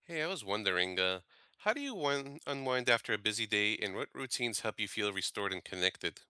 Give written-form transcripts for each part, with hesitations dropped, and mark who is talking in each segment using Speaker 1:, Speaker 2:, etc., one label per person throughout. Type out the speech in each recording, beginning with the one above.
Speaker 1: Hey, I was wondering, how do you unwind after a busy day, and what routines help you feel restored and connected?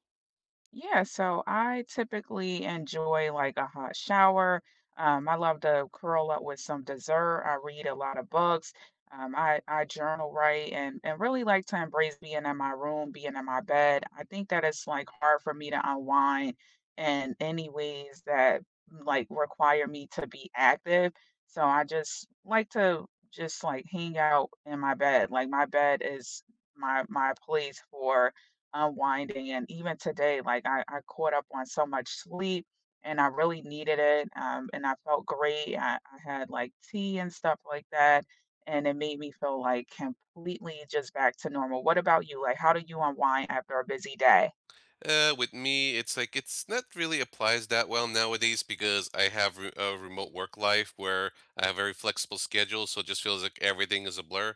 Speaker 2: Yeah, so I typically enjoy like a hot shower. I love to curl up with some dessert. I read a lot of books. I journal, right? And really like to embrace being in my room, being in my bed. I think that it's like hard for me to unwind in any ways that like require me to be active. So I just like to just like hang out in my bed. Like my bed is my place for unwinding. And even today, like I caught up on so much sleep and I really needed it. And I felt great. I had like tea and stuff like that. And it made me feel like completely just back to normal. What about you? Like, how do you unwind after a busy day?
Speaker 1: With me, it's like it's not really applies that well nowadays because I have a remote work life where I have a very flexible schedule, so it just feels like everything is a blur.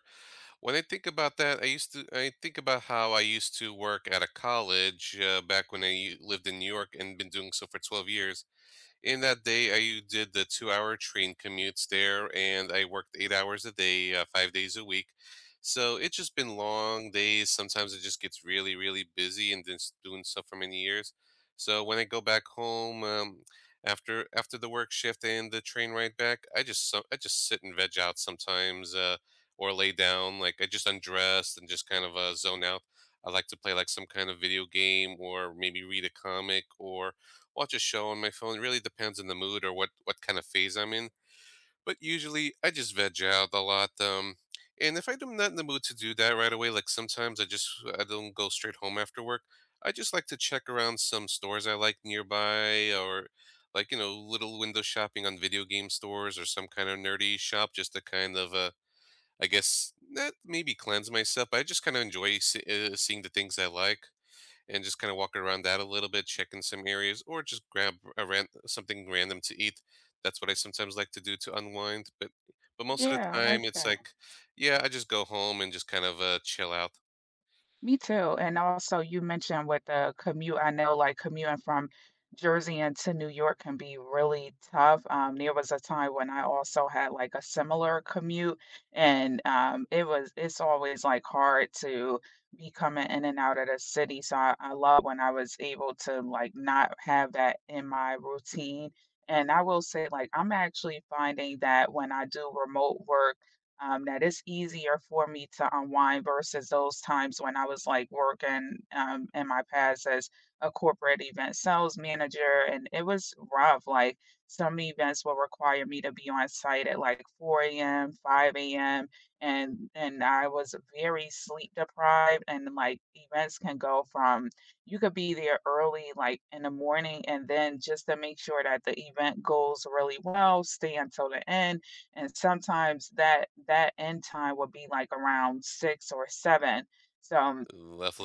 Speaker 1: When I think about that, I used to I think about how I used to work at a college back when I lived in New York and been doing so for 12 years. In that day, I did the two-hour train commutes there, and I worked 8 hours a day, 5 days a week. So, it's just been long days, sometimes it just gets really, really busy and just doing stuff for many years. So, when I go back home, after the work shift and the train ride back, I just sit and veg out sometimes, or lay down, like, I just undress and just kind of, zone out. I like to play, like, some kind of video game or maybe read a comic or watch a show on my phone. It really depends on the mood or what kind of phase I'm in. But usually, I just veg out a lot. And if I'm not in the mood to do that right away, like sometimes I just I don't go straight home after work. I just like to check around some stores I like nearby, or like you know, little window shopping on video game stores or some kind of nerdy shop, just to kind of I guess not maybe cleanse myself. But I just kind of enjoy seeing the things I like and just kind of walking around that a little bit, checking some areas, or just grab a something random to eat. That's what I sometimes like to do to unwind. But most of
Speaker 2: Yeah, I
Speaker 1: the
Speaker 2: like
Speaker 1: time, it's
Speaker 2: that.
Speaker 1: like, yeah, I just go home and just kind of chill out.
Speaker 2: Me too. And also, you mentioned with the commute, I know like commuting from Jersey into New York can be really tough. There was a time when I also had like a similar commute, and it was it's always like hard to be coming in and out of the city. So I love when I was able to like not have that in my routine. And I will say, like, I'm actually finding that when I do remote work that it's easier for me to unwind versus those times when I was like working in my past as a corporate event sales manager. And it was rough. Like some events will require me to be on site at like 4 a.m., 5 a.m. And I was very sleep deprived. And like events can go from you could be there early, like in the morning, and then just to make sure that the event goes really well, stay until the end and sometimes that that end time will be like around six or seven. So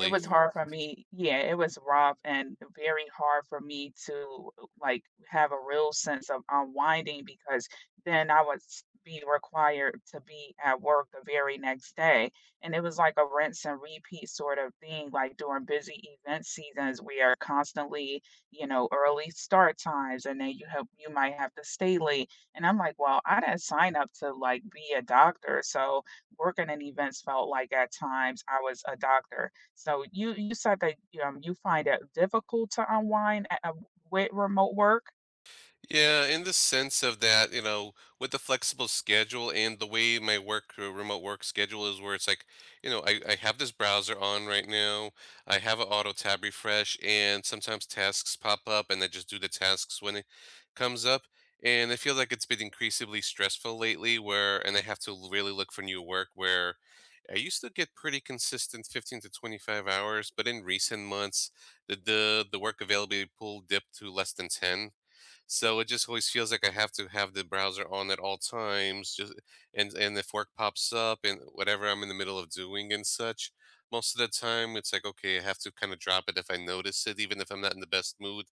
Speaker 2: it was hard for me yeah, it was rough and very hard for me to, like, have a real sense of unwinding because then I would s be required to be at work the very next day, and it was like a rinse and repeat sort of thing, like, during busy event seasons, we are constantly, you know, early start times, and then you have you might have to stay late, and I'm like, "Well, I didn't sign up to, like, be a doctor," so working in events felt like at times I was a doctor. So you said that, you find it difficult to unwind a with remote work?
Speaker 1: Yeah, in the sense of that, you know, with the flexible schedule and the way my work, remote work schedule is where it's like, I have this browser on right now. I have an auto tab refresh, and sometimes tasks pop up, and I just do the tasks when it comes up. And I feel like it's been increasingly stressful lately where, and I have to really look for new work where I used to get pretty consistent 15 to 25 hours, but in recent months, the work availability pool dipped to less than 10, so it just always feels like I have to have the browser on at all times. Just and if work pops up and whatever I'm in the middle of doing and such, most of the time it's like okay, I have to kind of drop it if I notice it, even if I'm not in the best mood,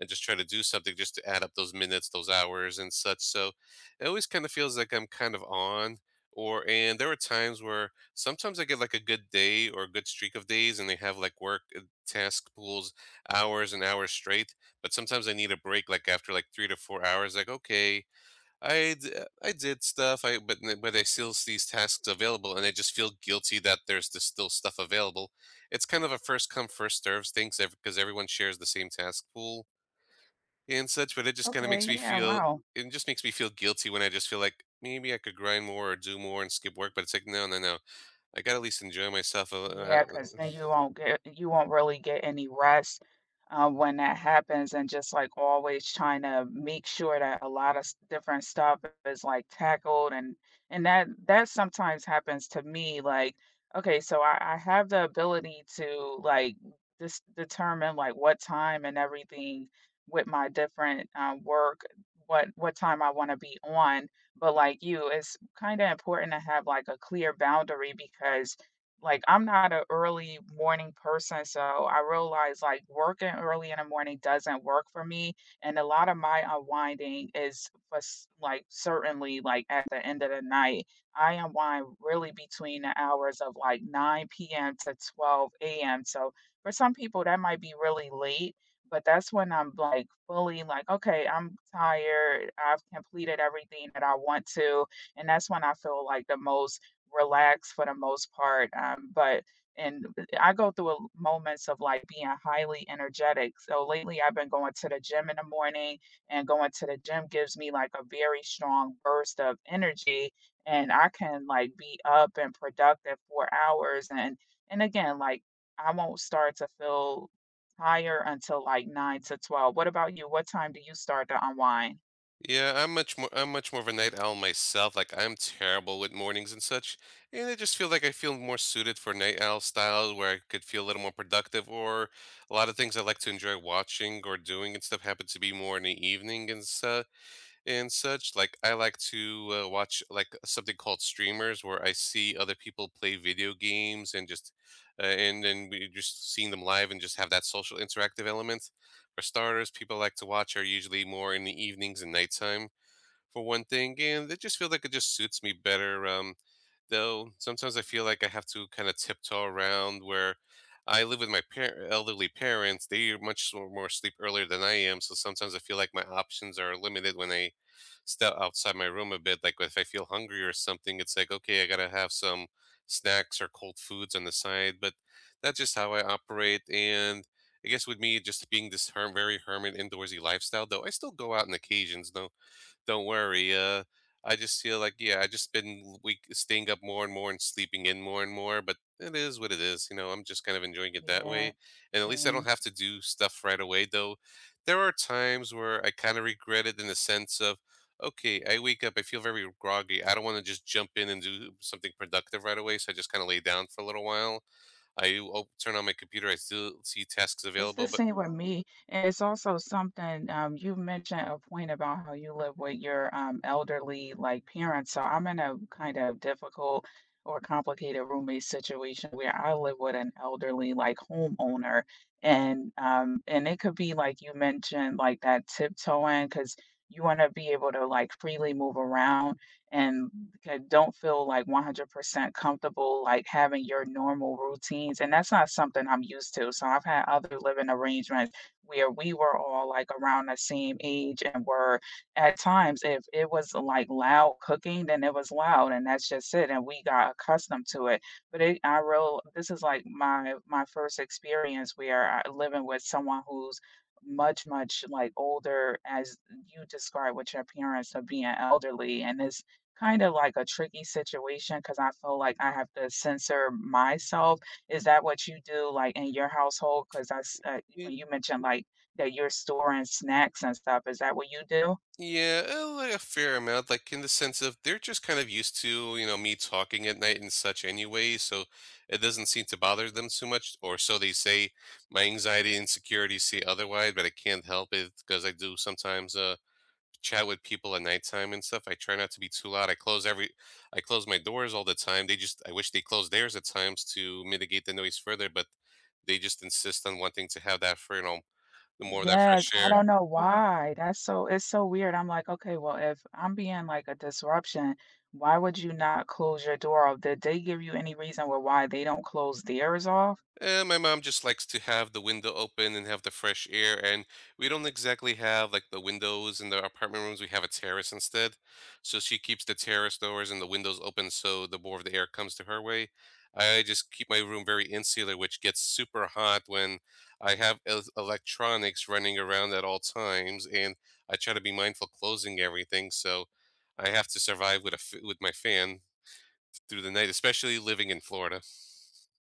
Speaker 1: and just try to do something just to add up those minutes, those hours, and such. So it always kind of feels like I'm kind of on. Or and there are times where sometimes I get like a good day or a good streak of days, and they have like work task pools hours and hours straight, but sometimes I need a break. Like after like 3 to 4 hours, like okay, I did stuff. I but I still see these tasks available, and I just feel guilty that there's this still stuff available. It's kind of a first come first serves thing because everyone shares the same task pool and such. But
Speaker 2: Okay, yeah, wow.
Speaker 1: it just makes me feel guilty when I just feel like maybe I could grind more or do more and skip work. But it's like no, no, no. I gotta at least enjoy myself.
Speaker 2: Yeah, cause then you won't get you won't really get any rest, when that happens and just, like, always trying to make sure that a lot of s different stuff is, like, tackled and that that sometimes happens to me, like, okay, so I have the ability to, like, just determine, like, what time and everything with my different, work, what time I wanna be on, but like you, it's kinda important to have, like, a clear boundary because like, I'm not an early morning person, so I realize, like, working early in the morning doesn't work for me, and a lot of my unwinding is was, like, certainly, like, at the end of the night. I unwind really between the hours of, like, 9 PM to 12 AM, so for some people, that might be really late, but that's when I'm, like, fully like, "Okay, I'm tired, I've completed everything that I want to," and that's when I feel, like, the most relaxed for the most part, but and I go through a moments of, like, being highly energetic, so lately I've been going to the gym in the morning, and going to the gym gives me, like, a very strong burst of energy, and I can, like, be up and productive for hours, and again, like, I won't start to feel tired until, like, 9 to 12. What about you? What time do you start to unwind?
Speaker 1: Yeah, I'm much more of a night owl myself. Like I'm terrible with mornings and such. And I feel more suited for night owl style where I could feel a little more productive or a lot of things I like to enjoy watching or doing and stuff happen to be more in the evening and stuff and such. Like I like to watch like something called streamers where I see other people play video games and just and then we just seeing them live and just have that social interactive element. For starters, people like to watch are usually more in the evenings and nighttime for one thing, and it just feels like it just suits me better. Though sometimes I feel like I have to kind of tiptoe around where I live with my elderly parents. They are much more sleep earlier than I am, so sometimes I feel like my options are limited when I step outside my room a bit. Like if I feel hungry or something, it's like okay, I gotta have some snacks or cold foods on the side. But that's just how I operate, and I guess with me just being this very hermit indoorsy lifestyle, though I still go out on occasions. Though don't worry. I just feel like yeah, I just been l- week staying up more and more and sleeping in more and more. But it is what it is. You know, I'm just kind of enjoying it that
Speaker 2: Yeah,
Speaker 1: way, and at least I don't
Speaker 2: same.
Speaker 1: have to do stuff right away. Though there are times where I kind of regret it in the sense of. Okay, I wake up. I feel very groggy. I don't want to just jump in and do something productive right away, so I just kind of lay down for a little while. I o- Turn on my computer. I still see tasks
Speaker 2: It's the
Speaker 1: available, but
Speaker 2: same with me, and it's also something, you mentioned a point about how you live with your, elderly, like, parents, so I'm in a kind of difficult or complicated roommate situation where I live with an elderly, like, homeowner, and it could be like you mentioned, like, that tiptoeing because you wanna be able to, like, freely move around and c don't feel like 100 not comfortable, like, having your normal routines, and that's not something I'm used to, so I've had other living arrangements where we were all, like, around the same age and were at times, if it was, like, loud cooking, then it was loud, and that's just it, and we got accustomed to it, but it I real this is, like, my first experience where I living with someone who's much, much, like, older as you described with your parents of being elderly, and this. Kind of like a tricky situation because I feel like I have to censor myself. Is that what you do, like, in your household? Because that's,
Speaker 1: eh.
Speaker 2: when you mentioned, like, that you're storing snacks and stuff, is that what you do?
Speaker 1: Yeah, like a fair amount, like in the sense of they're just kind of used to, you know, me talking at night and such anyway, so it doesn't seem to bother them too much, or so they say. My anxiety and insecurities say otherwise, but I can't help it because I do sometimes chat with people at nighttime and stuff. I try not to be too loud. I close my doors all the time. They just, I wish they closed theirs at times to mitigate the noise further, but they just insist on wanting to have that for, you know, the more of that
Speaker 2: Yes,
Speaker 1: fresh
Speaker 2: I
Speaker 1: air.
Speaker 2: don't know why. That's so it's so weird. I'm like, "Okay, well, if I'm being, like, a disruption, why would you not close your door off?" Did they give you any reason why they don't close theirs off?
Speaker 1: My mom just likes to have the window open and have the fresh air, and we don't exactly have like the windows in the apartment rooms. We have a terrace instead, so she keeps the terrace doors and the windows open so the more of the air comes to her way. I just keep my room very insular, which gets super hot when I have electronics running around at all times, and I try to be mindful closing everything. So I have to survive with a with my fan through the night, especially living in Florida.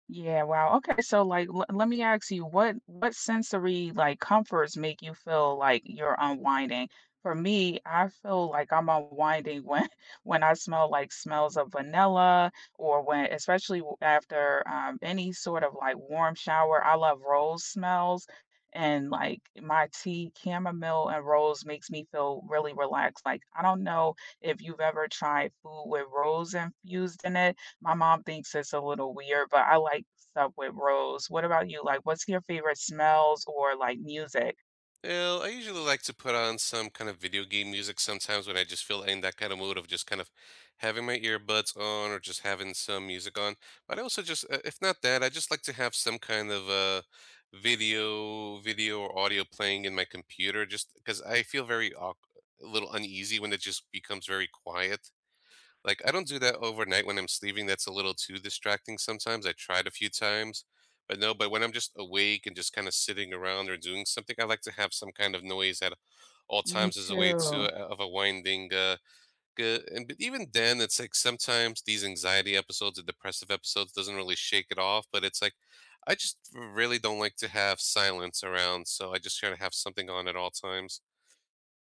Speaker 2: Yeah, wow. Okay, so like l let me ask you, what sensory like comforts make you feel like you're unwinding? For me, I feel like I'm unwinding when when I smell like smells of vanilla or when especially w- after any sort of like warm shower. I love rose smells and like my tea, chamomile and rose makes me feel really relaxed. Like I don't know if you've ever tried food with rose infused in it my mom thinks it's a little weird, but I like stuff with rose. What about you? Like, what's your favorite smells or, like, music?
Speaker 1: Well, I usually like to put on some kind of video game music sometimes when I just feel in that kind of mood of just kind of having my earbuds on or just having some music on. But I also just, if not that, I just like to have some kind of video or audio playing in my computer, just because I feel very a little uneasy when it just becomes very quiet. Like, I don't do that overnight when I'm sleeping, that's a little too distracting sometimes, I tried a few times, but no, but when I'm just awake and just kinda sitting around or doing something, I like to have some kind of noise at all
Speaker 2: Me
Speaker 1: times as a way to
Speaker 2: too.
Speaker 1: of a winding, good and but even then, it's like sometimes these anxiety episodes or depressive episodes doesn't really shake it off, but it's like, I just really don't like to have silence around, so I just kind of have something on at all times.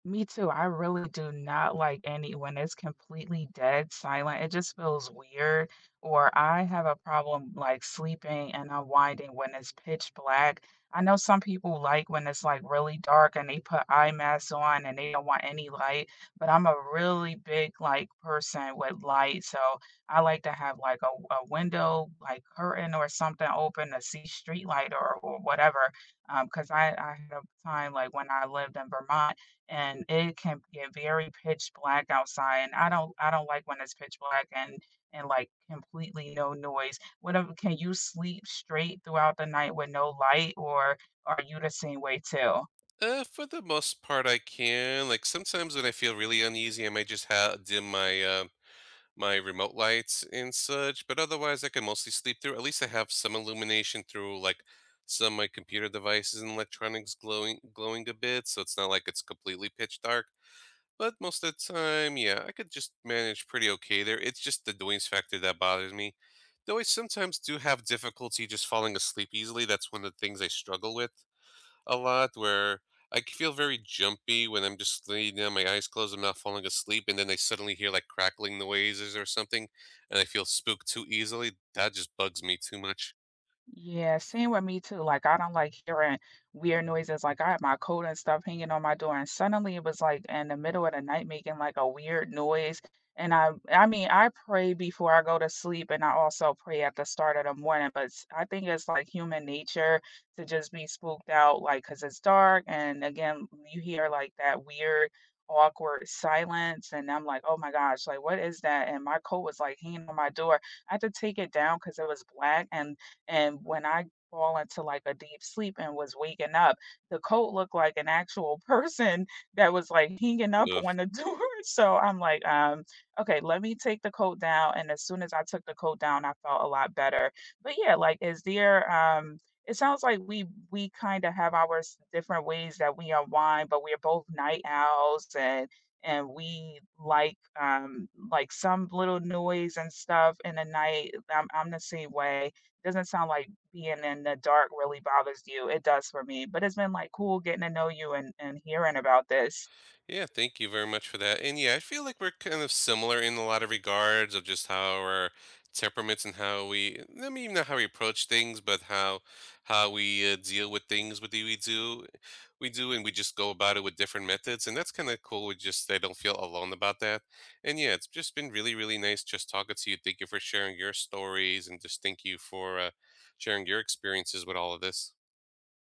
Speaker 2: Me too, I really do not like any when it's completely dead silent, it just feels weird, or I have a problem, like, sleeping and unwinding when it's pitch black. I know some people like when it's, like, really dark and they put eye masks on and they don't want any light, but I'm a really big, like, person with light, so I like to have, like, a window, like, curtain or something open to see street light or whatever, 'cause I had a time, like, when I lived in Vermont and it can get very pitch black outside and I don't like when it's pitch black and like completely no noise. What ab can you sleep straight throughout the night with no light, or are you the same way too?
Speaker 1: For the most part, I can. Like sometimes when I feel really uneasy, I might just dim my my remote lights and such. But otherwise, I can mostly sleep through. At least I have some illumination through like some of my computer devices and electronics glowing a bit, so it's not like it's completely pitch dark. But most of the time, yeah, I could just manage pretty okay there. It's just the noise factor that bothers me. Though I sometimes do have difficulty just falling asleep easily. That's one of the things I struggle with a lot where feel very jumpy when I'm just laying down, my eyes closed, I'm not falling asleep, and then I suddenly hear like crackling noises or something, and I feel spooked too easily. That just bugs me too much.
Speaker 2: Yeah, same with me too. Like I don't like hearing weird noises. Like I had my coat and stuff hanging on my door, and suddenly it was like in the middle of the night making like a weird noise. And I mean, I pray before I go to sleep, and I also pray at the start of the morning. But s- I think it's like human nature to just be spooked out, like because it's dark, and again, you hear like that weird, awkward silence, and I'm like, oh my gosh, like what is that? And my coat was like hanging on my door. I had to take it down because it was black and when I fall into like a deep sleep and was waking up, the coat looked like an actual person that was like hanging up
Speaker 1: Ugh.
Speaker 2: on the door. So I'm like, okay, let me take the coat down. And as soon as I took the coat down, I felt a lot better. But yeah, like, is there, it sounds like we kind of have our s- different ways that we unwind, but we're both night owls and we like some little noise and stuff in the night. I'm the same way doesn't sound like being in the dark really bothers you. It does for me, but it's been, like, cool getting to know you and hearing about this.
Speaker 1: Yeah, thank you very much for that. And yeah, I feel like we're kind of similar in a lot of regards of just how our temperaments and how we, I mean, not how we approach things, but how we deal with things with we do, and we just go about it with different methods, and that's kind of cool. We just I don't feel alone about that. And yeah, it's just been really, really nice just talking to you. Thank you for sharing your stories, and just thank you for sharing your experiences with all of this.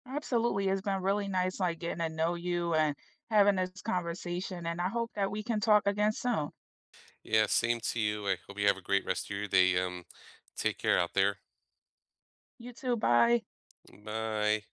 Speaker 2: Absolutely, it's been really nice, like, getting to know you and having this conversation, and I hope that we can talk again soon.
Speaker 1: Yeah, same to you. I hope you have a great rest of your day. Take care out there.
Speaker 2: You too, bye.
Speaker 1: Bye.